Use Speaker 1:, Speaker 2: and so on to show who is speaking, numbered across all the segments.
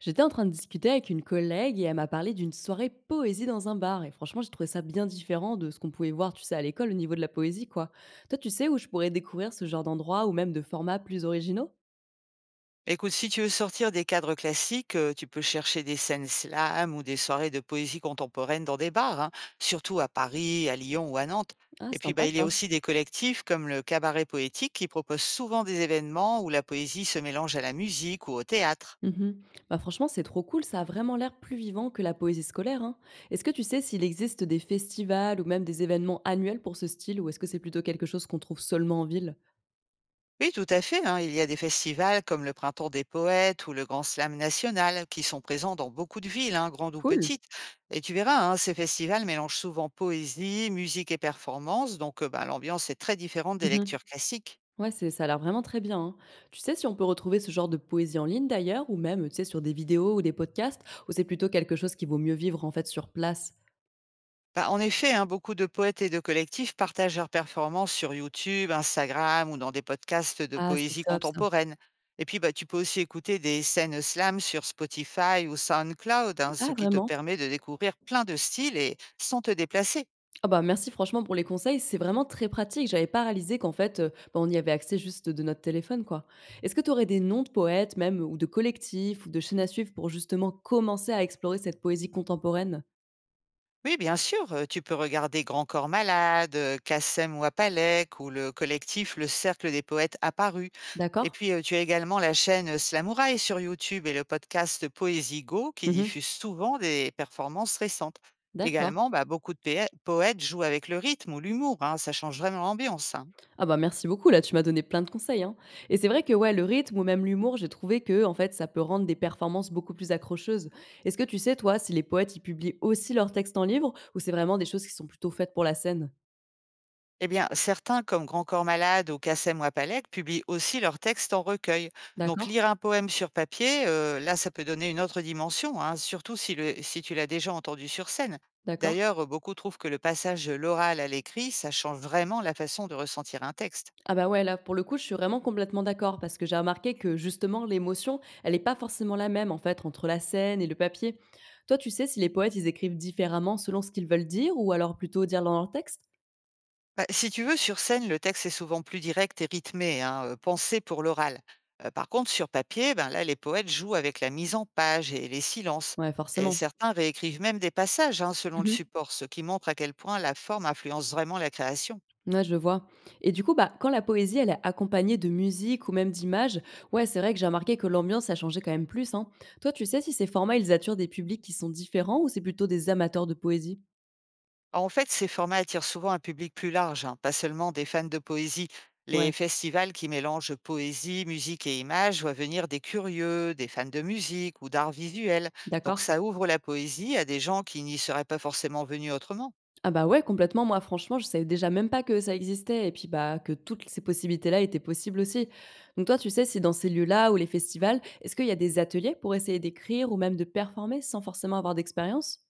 Speaker 1: J'étais en train de discuter avec une collègue et elle m'a parlé d'une soirée poésie dans un bar. Et franchement, j'ai trouvé ça bien différent de ce qu'on pouvait voir, tu sais, à l'école au niveau de la poésie, quoi. Toi, tu sais où je pourrais découvrir ce genre d'endroit ou même de formats plus originaux.
Speaker 2: Écoute, si tu veux sortir des cadres classiques, tu peux chercher des scènes slam ou des soirées de poésie contemporaine dans des bars, hein, surtout à Paris, à Lyon ou à Nantes.
Speaker 1: Ah,
Speaker 2: Et puis, bah,
Speaker 1: sympa
Speaker 2: il y a
Speaker 1: ça.
Speaker 2: aussi des collectifs comme le Cabaret Poétique qui proposent souvent des événements où la poésie se mélange à la musique ou au théâtre.
Speaker 1: Mhm. Bah, franchement, c'est trop cool. Ça a vraiment l'air plus vivant que la poésie scolaire, hein. Est-ce que tu sais s'il existe des festivals ou même des événements annuels pour ce style ou est-ce que c'est plutôt quelque chose qu'on trouve seulement en ville?
Speaker 2: Oui, tout à fait, hein. Il y a des festivals comme le Printemps des Poètes ou le Grand Slam National qui sont présents dans beaucoup de villes, hein, grandes ou
Speaker 1: Cool.
Speaker 2: petites. Et tu verras, hein, ces festivals mélangent souvent poésie, musique et performance, donc bah, l'ambiance est très différente des
Speaker 1: Mhm.
Speaker 2: lectures classiques.
Speaker 1: Ouais, c'est ça a l'air vraiment très bien, hein. Tu sais si on peut retrouver ce genre de poésie en ligne d'ailleurs ou même, tu sais, sur des vidéos ou des podcasts, ou c'est plutôt quelque chose qui vaut mieux vivre en fait sur place?
Speaker 2: Bah, en effet, hein, beaucoup de poètes et de collectifs partagent leurs performances sur YouTube, Instagram ou dans des podcasts de
Speaker 1: Ah, c'est
Speaker 2: poésie
Speaker 1: top ça.
Speaker 2: contemporaine. Et puis, bah, tu peux aussi écouter des scènes slam sur Spotify ou SoundCloud, hein, ce
Speaker 1: Ah
Speaker 2: qui te
Speaker 1: vraiment?
Speaker 2: permet de découvrir plein de styles et sans te déplacer.
Speaker 1: Ah bah merci franchement pour les conseils, c'est vraiment très pratique. J'avais pas réalisé qu'en fait, bah, on y avait accès juste de notre téléphone quoi. Est-ce que tu aurais des noms de poètes même ou de collectifs ou de chaînes à suivre pour justement commencer à explorer cette poésie contemporaine?
Speaker 2: Oui, bien sûr, tu peux regarder Grand Corps Malade, Kassem Wapalek ou le collectif Le Cercle des Poètes Apparus. Et
Speaker 1: D'accord.
Speaker 2: puis, tu as également la chaîne, Slamouraï sur YouTube et le podcast Poésigo qui
Speaker 1: Mmh.
Speaker 2: diffuse souvent des performances récentes.
Speaker 1: D'accord.
Speaker 2: Également, bah, beaucoup de péè poètes jouent avec le rythme ou l'humour, hein, ça change vraiment l'ambiance, hein.
Speaker 1: Ah bah, merci beaucoup, là, tu m'as donné plein de conseils, hein. Et c'est vrai que, ouais, le rythme ou même l'humour, j'ai trouvé que, en fait, ça peut rendre des performances beaucoup plus accrocheuses. Est-ce que tu sais, toi, si les poètes, ils publient aussi leurs textes en livre ou c'est vraiment des choses qui sont plutôt faites pour la scène?
Speaker 2: Eh bien, certains, comme Grand Corps Malade ou Kassem Wapalek, publient aussi leurs textes en recueil. Donc,
Speaker 1: D'accord,
Speaker 2: lire un poème sur papier, là, ça peut donner une autre dimension, hein, surtout si tu l'as déjà entendu sur scène.
Speaker 1: d'accord.
Speaker 2: D'ailleurs, beaucoup trouvent que le passage de l'oral à l'écrit, ça change vraiment la façon de ressentir un texte.
Speaker 1: Ah bah ouais, là, pour le coup, je suis vraiment complètement d'accord parce que j'ai remarqué que, justement, l'émotion, elle n'est pas forcément la même, en fait, entre la scène et le papier. Toi, tu sais si les poètes, ils écrivent différemment selon ce qu'ils veulent dire ou alors plutôt dire dans leur texte?
Speaker 2: Bah, si tu veux, sur scène, le texte est souvent plus direct et rythmé, hein, pensé pour l'oral. Par contre, sur papier, ben là, les poètes jouent avec la mise en page et les silences.
Speaker 1: Ouais,
Speaker 2: Et
Speaker 1: forcément.
Speaker 2: certains réécrivent même des passages, hein, selon le support, ce qui montre à quel point la forme influence vraiment la création.
Speaker 1: Ouais, je vois. Et du coup, bah, quand la poésie, elle est accompagnée de musique ou même d'images, ouais, c'est vrai que j'ai remarqué que l'ambiance a changé quand même plus, hein. Toi, tu sais si ces formats, ils attirent des publics qui sont différents ou c'est plutôt des amateurs de poésie?
Speaker 2: En fait, ces formats attirent souvent un public plus large, hein, pas seulement des fans de poésie. Les
Speaker 1: Ouais,
Speaker 2: festivals qui mélangent poésie, musique et images voient venir des curieux, des fans de musique ou d'art visuel. Donc
Speaker 1: d'accord.
Speaker 2: ça ouvre la poésie à des gens qui n'y seraient pas forcément venus autrement.
Speaker 1: Ah bah ouais, complètement. Moi, franchement, je savais déjà même pas que ça existait et puis bah que toutes ces possibilités-là étaient possibles aussi. Donc toi, tu sais si dans ces lieux-là ou les festivals, est-ce qu'il y a des ateliers pour essayer d'écrire ou même de performer sans forcément avoir d'expérience?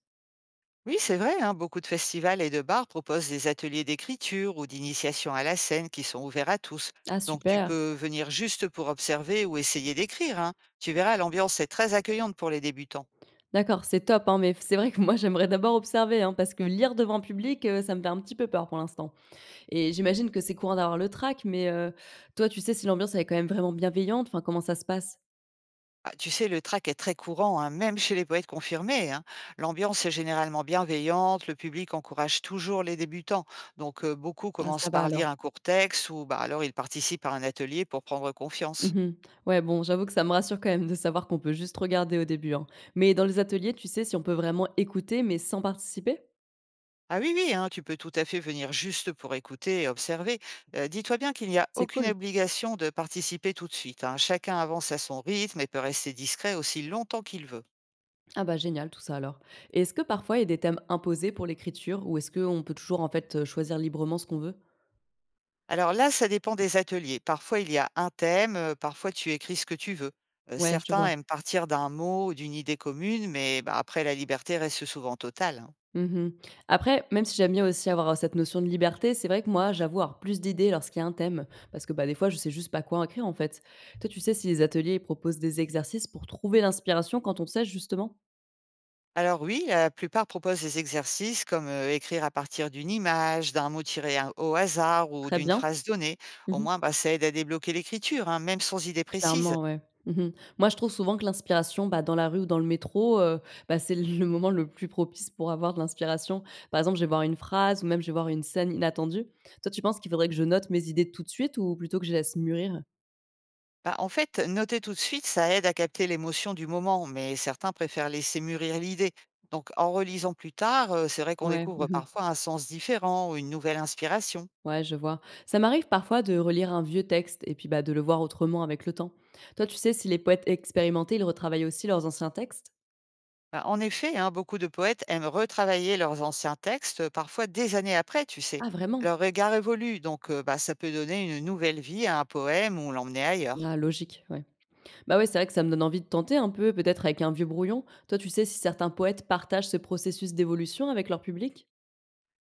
Speaker 2: Oui, c'est vrai, hein, beaucoup de festivals et de bars proposent des ateliers d'écriture ou d'initiation à la scène qui sont ouverts à tous.
Speaker 1: Ah
Speaker 2: Donc tu
Speaker 1: super.
Speaker 2: peux venir juste pour observer ou essayer d'écrire, hein. Tu verras, l'ambiance est très accueillante pour les débutants.
Speaker 1: D'accord, c'est top, hein, mais c'est vrai que moi, j'aimerais d'abord observer, hein, parce que lire devant public, ça me fait un petit peu peur pour l'instant et j'imagine que c'est courant d'avoir le trac, mais toi, tu sais si l'ambiance, elle est quand même vraiment bienveillante? Enfin, comment ça se passe?
Speaker 2: Ah, tu sais, le trac est très courant, hein, même chez les poètes confirmés, hein. L'ambiance est généralement bienveillante, le public encourage toujours les débutants. Donc, beaucoup
Speaker 1: Ah,
Speaker 2: commencent
Speaker 1: ça va
Speaker 2: par
Speaker 1: alors.
Speaker 2: lire un court texte ou bah, alors ils participent à un atelier pour prendre confiance.
Speaker 1: Mmh. Ouais, bon, j'avoue que ça me rassure quand même de savoir qu'on peut juste regarder au début, hein. Mais dans les ateliers, tu sais si on peut vraiment écouter, mais sans participer?
Speaker 2: Ah oui, oui, hein, tu peux tout à fait venir juste pour écouter et observer. Dis-toi bien qu'il n'y a
Speaker 1: C'est
Speaker 2: aucune
Speaker 1: cool.
Speaker 2: obligation de participer tout de suite, hein. Chacun avance à son rythme et peut rester discret aussi longtemps qu'il veut.
Speaker 1: Ah bah, génial tout ça alors, et est-ce que parfois il y a des thèmes imposés pour l'écriture ou est-ce qu'on peut toujours, en fait, choisir librement ce qu'on veut?
Speaker 2: Alors là, ça dépend des ateliers. Parfois, il y a un thème, parfois tu écris ce que tu veux.
Speaker 1: Ouais, je
Speaker 2: Certains
Speaker 1: vois.
Speaker 2: aiment partir d'un mot ou d'une idée commune, mais bah, après la liberté reste souvent totale, hein.
Speaker 1: Mmh. Après, même si j'aime bien aussi avoir, cette notion de liberté, c'est vrai que moi, j'avoue avoir plus d'idées lorsqu'il y a un thème parce que, bah, des fois, je sais juste pas quoi écrire, en fait. Toi, tu sais si les ateliers, ils proposent des exercices pour trouver l'inspiration quand on sait justement?
Speaker 2: Alors oui, la plupart proposent des exercices comme, écrire à partir d'une image, d'un mot tiré à au hasard ou
Speaker 1: Très
Speaker 2: d'une
Speaker 1: bien.
Speaker 2: phrase donnée. Au
Speaker 1: Mmh.
Speaker 2: moins, bah, ça aide à débloquer l'écriture, hein, même sans idée précise.
Speaker 1: Clairement, ouais. Mmh. Moi, je trouve souvent que l'inspiration, bah, dans la rue ou dans le métro, bah, c'est le moment le plus propice pour avoir de l'inspiration. Par exemple, je vais voir une phrase ou même je vais voir une scène inattendue. Toi, tu penses qu'il faudrait que je note mes idées tout de suite ou plutôt que je laisse mûrir?
Speaker 2: Bah, en fait, noter tout de suite, ça aide à capter l'émotion du moment, mais certains préfèrent laisser mûrir l'idée. Donc, en relisant plus tard, c'est vrai qu'on
Speaker 1: Ouais.
Speaker 2: découvre
Speaker 1: Mmh.
Speaker 2: parfois un sens différent ou une nouvelle inspiration.
Speaker 1: Ouais, je vois. Ça m'arrive parfois de relire un vieux texte et puis bah, de le voir autrement avec le temps. Toi, tu sais, si les poètes expérimentés, ils retravaillent aussi leurs anciens textes?
Speaker 2: Bah, en effet, hein, beaucoup de poètes aiment retravailler leurs anciens textes, parfois des années après, tu sais.
Speaker 1: Ah, vraiment?
Speaker 2: Leur regard évolue, donc bah, ça peut donner une nouvelle vie à un poème ou l'emmener ailleurs.
Speaker 1: Ah, logique, ouais. Bah ouais, c'est vrai que ça me donne envie de tenter un peu, peut-être avec un vieux brouillon. Toi, tu sais si certains poètes partagent ce processus d'évolution avec leur public?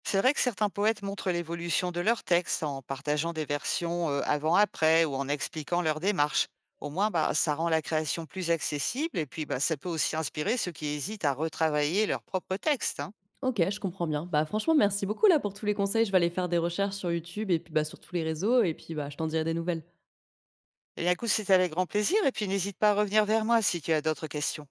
Speaker 2: C'est vrai que certains poètes montrent l'évolution de leurs textes en partageant des versions avant-après ou en expliquant leur démarche. Au moins, bah, ça rend la création plus accessible et puis bah, ça peut aussi inspirer ceux qui hésitent à retravailler leur propre texte, hein.
Speaker 1: Ok, je comprends bien. Bah franchement, merci beaucoup là pour tous les conseils. Je vais aller faire des recherches sur YouTube et puis bah, sur tous les réseaux et puis bah, je t'en dirai des nouvelles.
Speaker 2: Et bien, écoute, c'était avec grand plaisir et puis n'hésite pas à revenir vers moi si tu as d'autres questions.